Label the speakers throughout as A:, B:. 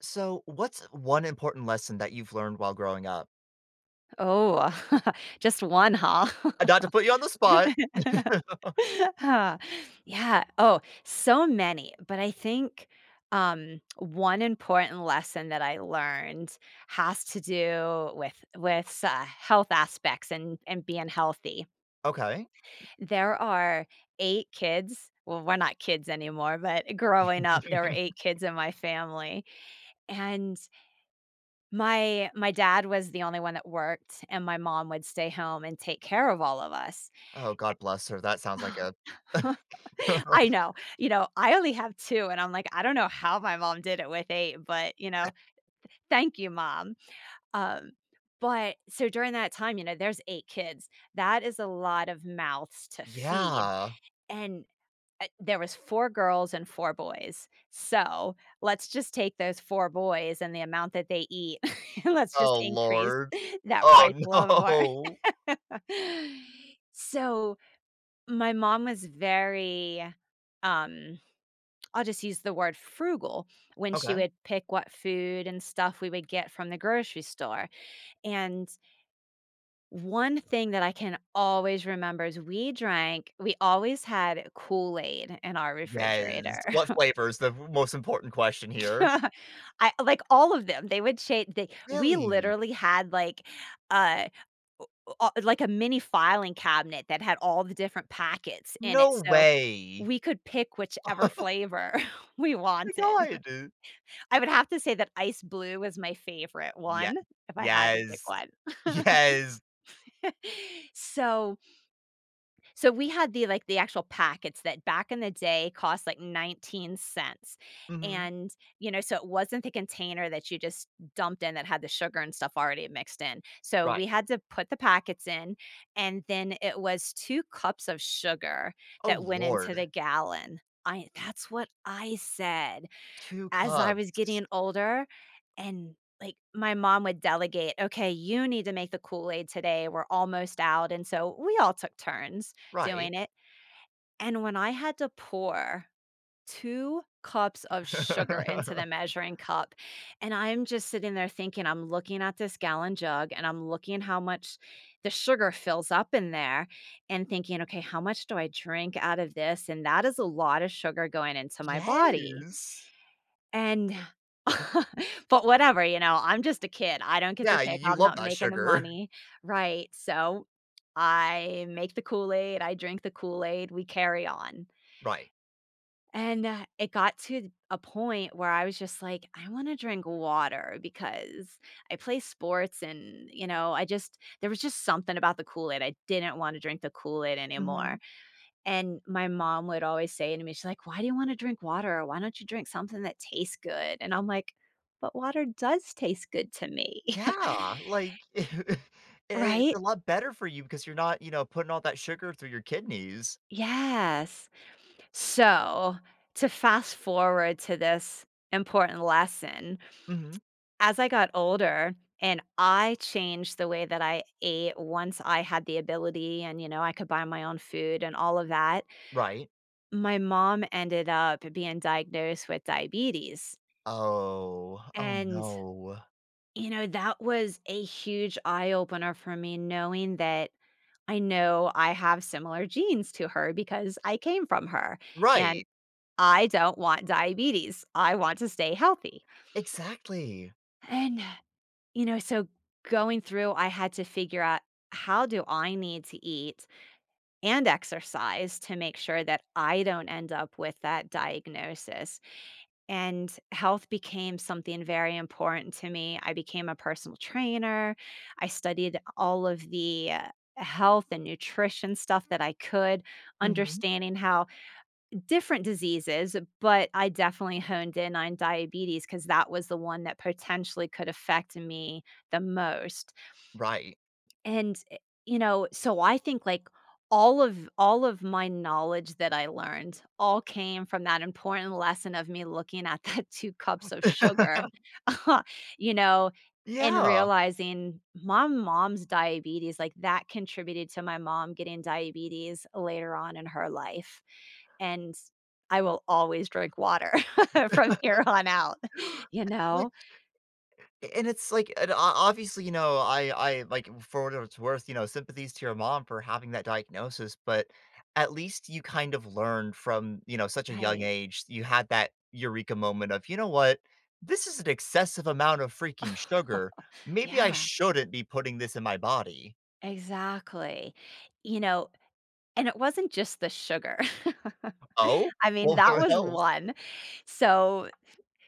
A: So, what's one important lesson that you've learned while growing up?
B: Oh, just one, huh?
A: Not to put you on the spot.
B: Yeah. Oh, so many, but I think, one important lesson that I learned has to do with health aspects and being healthy.
A: Okay.
B: There are 8 kids well, we're not kids anymore, but growing up, there were 8 kids in my family, and my dad was the only one that worked, and my mom would stay home and take care of all of us.
A: Oh, God bless her. That sounds like a.
B: I know, you know, I only have 2, and I'm like, "I don't know how my mom did it with 8, but, you know, thank you, mom." Um, but so during that time, you know, there's 8 kids. That is a lot of mouths to feed,
A: Yeah.
B: and there was 4 girls and 4 boys. So, let's just take those 4 boys and the amount that they eat, and let's just
A: Oh,
B: increase
A: Lord.
B: that
A: Oh,
B: price a little bit
A: no.
B: more. So, my mom was very, um, I'll just use the word frugal when she
A: Okay.
B: would pick what food and stuff we would get from the grocery store, and one thing that I can always remember is we always had Kool-Aid in our
A: Yes.
B: refrigerator.
A: What flavor is the most important question here?
B: I like, all of them, they would sha they we
A: Really?
B: literally had, like, uh, o o like, a mini filing cabinet that had all the different packets in it,
A: No
B: so
A: way.
B: we could pick whichever flavor we
A: Oh,
B: wanted.
A: my God.
B: I would have to say that ice blue was my favorite
A: Yeah.
B: one, if I had to pick
A: Yes.
B: one.
A: Yes.
B: So So we had the, like, the actual packets that back in the day cost like 19 cents,
A: Hmm.
B: and, you know, so it wasn't the container that you just dumped in that had the sugar and stuff already mixed in. So
A: Right.
B: we had to put the packets in, and then it was 2 cups of sugar
A: Oh,
B: that went into
A: Lord.
B: the gallon. I That's what I said.
A: Two
B: As I
A: cubs.
B: was getting older and, like, my mom would delegate, "Okay, you need to make the Kool-Aid today, we're almost out," and so we all took turns
A: Right.
B: doing it, and when I had to pour 2 cups of sugar into the measuring cup, and I'm just sitting there thinking, I'm looking at this gallon jug, and I'm looking how much the sugar fills up in there and thinking, "Okay, how much do I drink out of this?" And that is a lot of sugar going into my body.
A: Yes.
B: And but whatever, you know, I'm just a kid. I don't get to
A: Yeah, you
B: pick.
A: you
B: I'm
A: love
B: not
A: that
B: making the
A: sugar.
B: money, right? So I make the Kool-Aid, I drink the Kool-Aid, we carry on.
A: Right.
B: And, it got to a point where I was just like, "I wanna drink water," because I play sports and, you know, I just there was just something about the Kool-Aid. I didn't wanna drink the Kool-Aid
A: Mhm.
B: anymore. And my mom would always say to me, she's like, "Why do you wanna drink water? Why don't you drink something that tastes good?" And I'm like, "But water does taste good to me."
A: Yeah, like, it it's a
B: Right?
A: lot better for you because you're not, you know, putting all that sugar through your kidneys.
B: Yes. So, to fast forward to this important lesson,
A: Mhm.
B: as I got older and I changed the way that I ate once I had the ability and, you know, I could buy my own food and all of that,
A: Right?
B: my mom ended up being diagnosed with diabetes.
A: Oh, oh,
B: And
A: no.
B: you know, that was a huge eye opener for me, knowing that I know I have similar genes to her because I came from her, and
A: Right,
B: I don't want diabetes. I want to stay healthy.
A: exactly.
B: And, you know, so going through, I had to figure out how do I need to eat and exercise to make sure that I don't end up with that diagnosis. And health became something very important to me. I became a personal trainer. I studied all of the health and nutrition stuff that I could,
A: Mhm.
B: understanding how different diseases, but I definitely honed in on diabetes because that was the one that potentially could affect me the most.
A: Right.
B: And, you know, so I think, like, all of my knowledge that I learned all came from that important lesson of me looking at that 2 cups of sugar, you know, and
A: Yeah.
B: realizing my mom's diabetes, like, that contributed to my mom getting diabetes later on in her life, and I will always drink water from here on out, you
A: Like,
B: know?
A: and it's like and obviously, you know, I like, for what it's worth, you know, sympathies to your mom for having that diagnosis, but at least you kind of learned from, you know, such a young
B: Right.
A: age. You had that eureka moment of, you know what, this is an excessive amount of freaking sugar. Maybe I
B: Yeah,
A: shouldn't be putting this in my body.
B: exactly. You know. And it wasn't just the sugar.
A: Oh,
B: I mean,
A: well,
B: that
A: what
B: was
A: else?
B: one. So,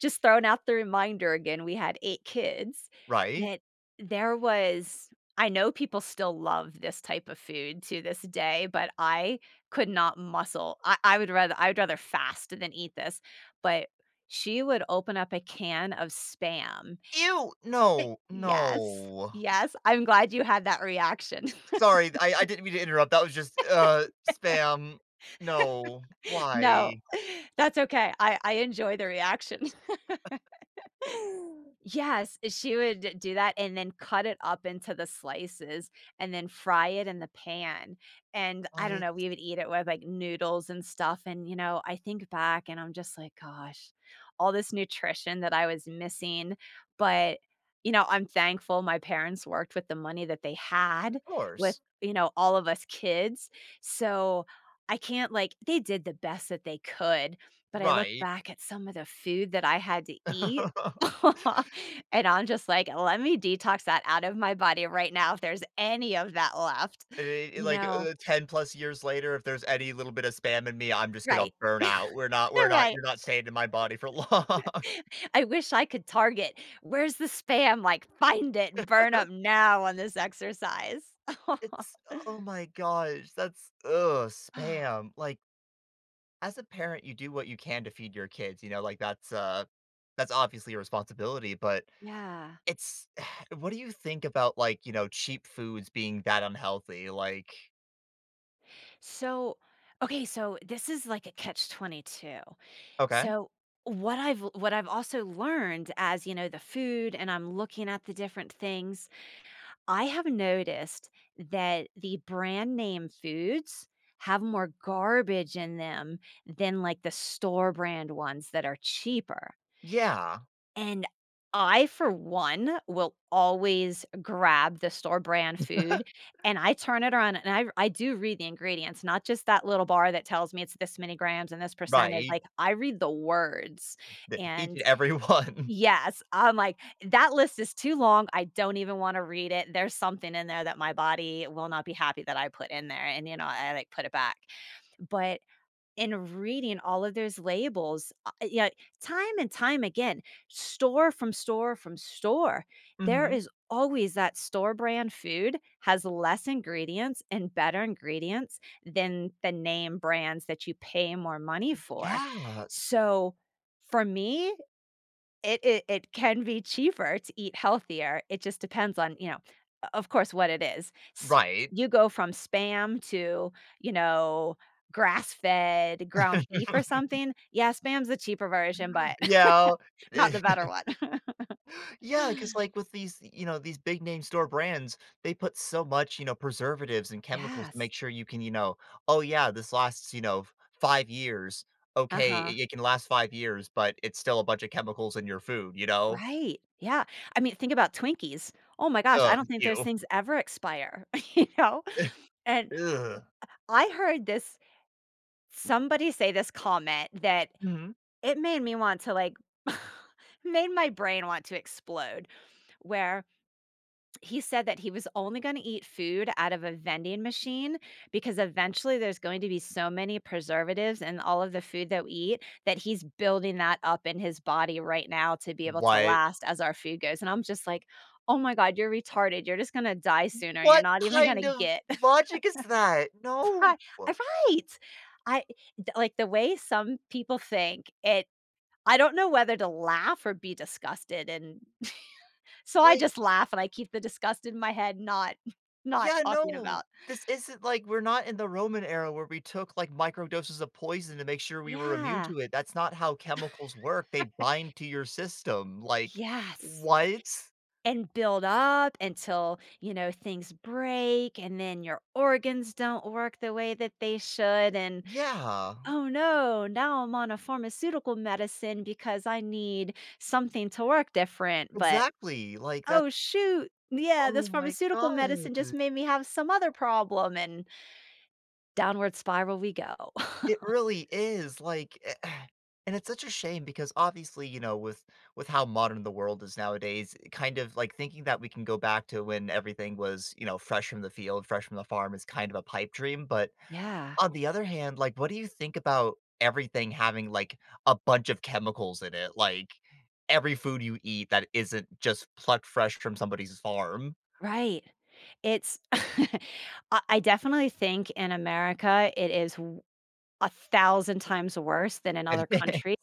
B: just throwing out the reminder again, we had 8 kids,
A: Right.
B: that there was I know people still love this type of food to this day, but I could not muscle. I would rather fast than eat this, but she would open up a can of Spam.
A: Ew, no, no.
B: Yes, yes, I'm glad you had that reaction.
A: Sorry, I didn't mean to interrupt. That was just spam. No,
B: No,
A: why?
B: that's okay. I enjoy the reaction. Yes, she would do that and then cut it up into the slices and then fry it in the pan. And I don't
A: What?
B: know, we would eat it with like noodles and stuff. And, you know, I think back and I'm just like, gosh, all this nutrition that I was missing. But, you know, I'm thankful my parents worked with the money that they had with,
A: Course.
B: you know, all of us kids. So I can't like, they did the best that they could. But I look
A: Right.
B: back at some of the food that I had to eat. And I'm just like, "Let me detox that out of my body right now if there's any of that left."
A: I
B: You
A: like,
B: know?
A: 10 plus years later, if there's any little bit of spam in me, I'm just gonna
B: Right.
A: burn out. We're not
B: Right.
A: you're not staying in my body for long.
B: I wish I could target, "Where's the spam?" Like, "Find it, burn up now on this exercise."
A: It's oh my gosh, that's ugh,
B: Oh,
A: spam. Like, as a parent, you do what you can to feed your kids, you know, like, that's obviously a responsibility, but
B: yeah.
A: it's what do you think about, like, you know, cheap foods being that unhealthy? Like
B: So okay, so this is like a catch-22.
A: okay.
B: So, what I've also learned as, you know, the food and I'm looking at the different things, I have noticed that the brand name foods have more garbage in them than like the store brand ones that are cheaper.
A: Yeah.
B: And I, for one, will always grab the store brand food, and I turn it around and I do read the ingredients, not just that little bar that tells me it's this many grams and this percentage.
A: Right.
B: Like I read the words.
A: The each
B: And
A: and every one.
B: yes, I'm like, "That list is too long, I don't even wanna read it, there's something in there that my body will not be happy that I put in there," and, you know, I, like, put it back. But in reading all of those labels, yeah, time and time again, store there
A: Mhm.
B: is always that store brand food has less ingredients and better ingredients than the name brands that you pay more money for.
A: Yeah,
B: So, for me, it can be cheaper to eat healthier. It just depends on, you know, o of course, what it is. S
A: right.
B: you go from Spam to, you know, grass-fed ground beef or something. Yeah, Spam's the cheaper version, but
A: Yeah. Eh,
B: not the better one.
A: yeah, because, like, with these, you know, these big name store brands, they put so much, you know, preservatives and chemicals to
B: Yes.
A: make sure you can, you know, "Oh, yeah, this lasts, you know, 5 years. Okay,
B: Uh-huh.
A: it can last 5 years, but it's still a bunch of chemicals in your food," you know?
B: Right. Yeah. I mean, think about Twinkies. Oh my gosh,
A: Ugh,
B: I don't think those
A: ew.
B: things ever expire, you know? And
A: Ugh.
B: I heard this somebody say this comment that
A: Mhm.
B: it made me want to, like made my brain want to explode, where he said that he was only gonna eat food out of a vending machine because eventually there's going to be so many preservatives in all of the food that we eat that he's building that up in his body right now to be able to
A: What?
B: last as our food goes, and I'm just like, "Oh my god, you're retarded, you're just gonna die sooner, you're
A: What
B: not even
A: kind
B: gonna
A: of
B: get"
A: logic is that? No.
B: Right, uh, right! I d Like, the way some people think, it I don't know whether to laugh or be disgusted, and so I
A: Like
B: just laugh and I keep the disgust in my head, not not
A: yeah,
B: talking
A: no,
B: about.
A: this isn't like we're not in the Roman era where we took like micro doses of poison to make sure we were immune
B: Yeah.
A: to it. That's not how chemicals work. They bind to your system. Like,
B: Yes,
A: what?
B: and build up until, you know, things break, and then your organs don't work the way that they should, and,
A: Yeah,
B: "Oh, no, now I'm on a pharmaceutical medicine because I need something to work different," but,
A: exactly. Like,
B: "Oh,
A: that's
B: shoot, yeah, this
A: oh my
B: pharmaceutical
A: God.
B: medicine just made me have some other problem," and downward spiral we go.
A: It really is. Like, and it's such a shame because obviously, you know, with how modern the world is nowadays, kind of like thinking that we can go back to when everything was, you know, fresh from the field, fresh from the farm is kind of a pipe dream, but
B: Yeah,
A: on the other hand, like, what do you think about everything having, like, a bunch of chemicals in it? Like, every food you eat that isn't just plucked fresh from somebody's farm.
B: right. It's I definitely think in America, it is w 1,000 times worse than in other countries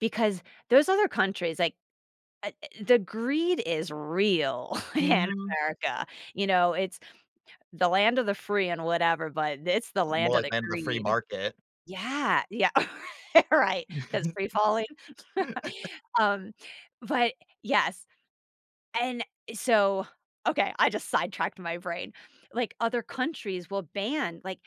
B: because those other countries, like, the greed is real in
A: Mhm.
B: America, you know, it's the land of the free and whatever, but it's the
A: More
B: land of
A: like
B: the
A: land of the free
B: greed.
A: market.
B: Yeah, yeah, right, that's free falling. Um, but yes, and so okay, I just sidetracked my brain. Like, other countries will ban like,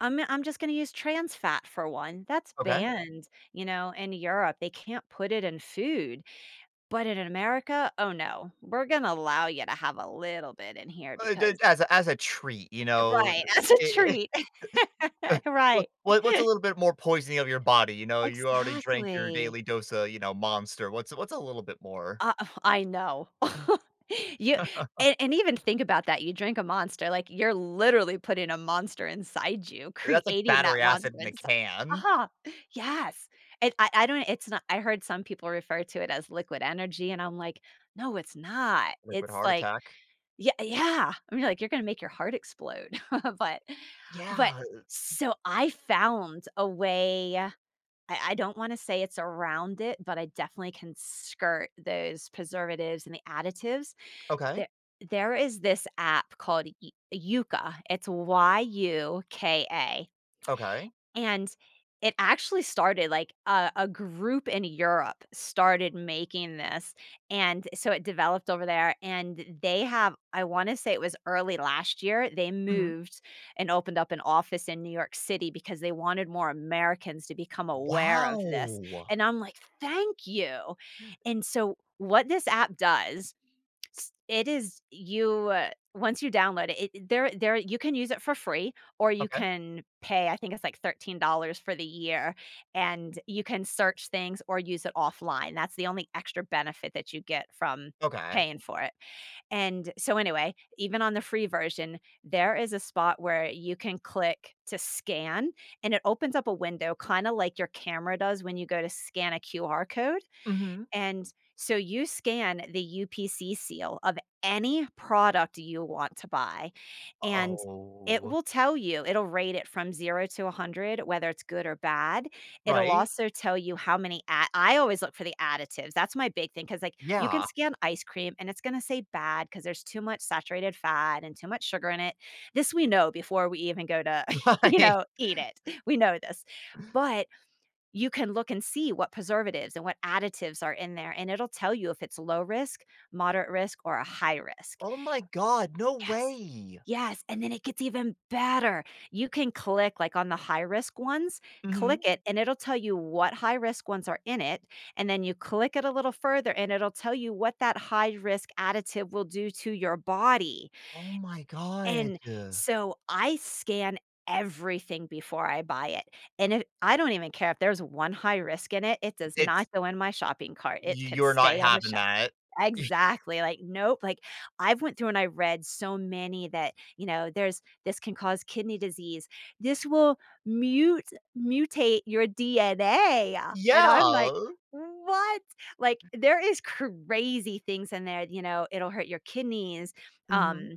B: I'm just gonna use trans fat for one. That's
A: Okay.
B: banned, you know, in Europe. They can't put it in food. But in America, oh, no. We're gonna allow you to have a little bit in here
A: D
B: because
A: As a as a treat, you know,
B: right, as a
A: it
B: treat.
A: it what
B: Right.
A: what's a little bit more poisoning of your body, you know? You already drank your
B: Exactly.
A: daily dose of, you know, Monster. What's a little bit more?
B: Uh, I know. You and even think about that, you drink a Monster, like, you're literally putting a monster inside you,
A: That's like
B: creating that
A: battery
B: monster
A: acid in a
B: inside.
A: can.
B: Ah, yes, and I don't it's not I heard some people refer to it as liquid energy, and I'm like, "No, it's not."
A: Liquid
B: It's
A: heart
B: like
A: attack.
B: yeah, yeah, I mean, like, you're gonna make your heart explode, but but
A: Yeah.
B: so I found a way. I don't wanna say it's around it, but I definitely can skirt those preservatives and the additives.
A: Okay.
B: There there is this app called Y Yuka, it's Yuka.
A: Okay.
B: And it actually started like a group in Europe started making this, and so it developed over there, and they have I wanna say it was early last year, they
A: Mhm.
B: moved and opened up an office in New York City because they wanted more Americans to become aware of this,
A: Wow!
B: and I'm like, "Thank you." And so what this app does S it is you, once you download it, it there you can use it for free, or you
A: Okay.
B: can pay, I think it's like $13 for the year, and you can search things or use it offline. That's the only extra benefit that you get from
A: Okay.
B: paying for it, and so anyway, even on the free version, there is a spot where you can click to scan, and it opens up a window kinda like your camera does when you go to scan a QR code,
A: Mhm.
B: and so you scan the UPC seal of any product you want to buy, and it
A: Oh.
B: will tell you, it'll rate it from 0 to 100, whether it's good or bad. It'll
A: Right?
B: also tell you how many ad I always look for the additives. That's my big thing because like, you can
A: Yeah.
B: scan ice cream and it's gonna say bad because there's too much saturated fat and too much sugar in it. This we know before we even go to,
A: Right.
B: eat it. We know this. But you can look and see what preservatives and what additives are in there, and it'll tell you if it's low risk, moderate risk, or a high risk.
A: Oh my god, no
B: Yes.
A: way!
B: Yes, and then it gets even better. You can click like on the high risk ones, click
A: Mhm.
B: it and it'll tell you what high risk ones are in it, and then you click it a little further and it'll tell you what that high risk additive will do to your body.
A: Oh my god.
B: And so I scan everything before I buy it. And if I don't even care if there's one high risk in it, it does
A: It's
B: not go in my shopping cart. It
A: you
B: can
A: you're not
B: stay on the
A: having
B: shelf.
A: that.
B: Exactly. Like, nope. Like I've went through and I read so many that, you know, there's this can cause kidney disease. This will mute mutate your DNA. And I'm like,
A: Yeah.
B: what? Like there is crazy things in there, you know, it'll hurt your kidneys.
A: Mhm.
B: Um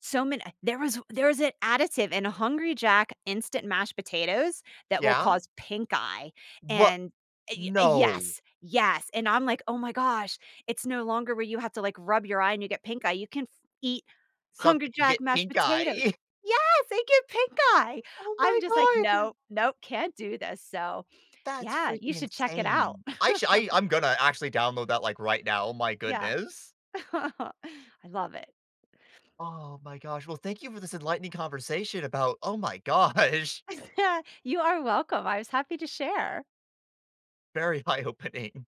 B: so many there was an additive in Hungry Jack instant mashed potatoes that will
A: Yeah?
B: cause pink eye,
A: What?
B: and y
A: No.
B: yes, yes, and I'm like, "Oh my gosh, it's no longer where you have to, like, rub your eye and you get pink eye, you can f eat
A: Something
B: Hungry
A: can
B: Jack
A: get
B: mashed
A: pink
B: potatoes."
A: eye.
B: Yes, they get pink eye.
A: Oh
B: I'm just like,
A: my god!
B: "No, nope, can't do this." So,
A: That's
B: yeah, you
A: freaking
B: should check it out.
A: insane. I sh I I'm gonna actually download that, like, right now. Oh my
B: Yeah.
A: goodness.
B: I love it.
A: Oh my gosh. Well, thank you for this enlightening conversation about oh my gosh,
B: You are welcome, I was happy to share.
A: very eye-opening.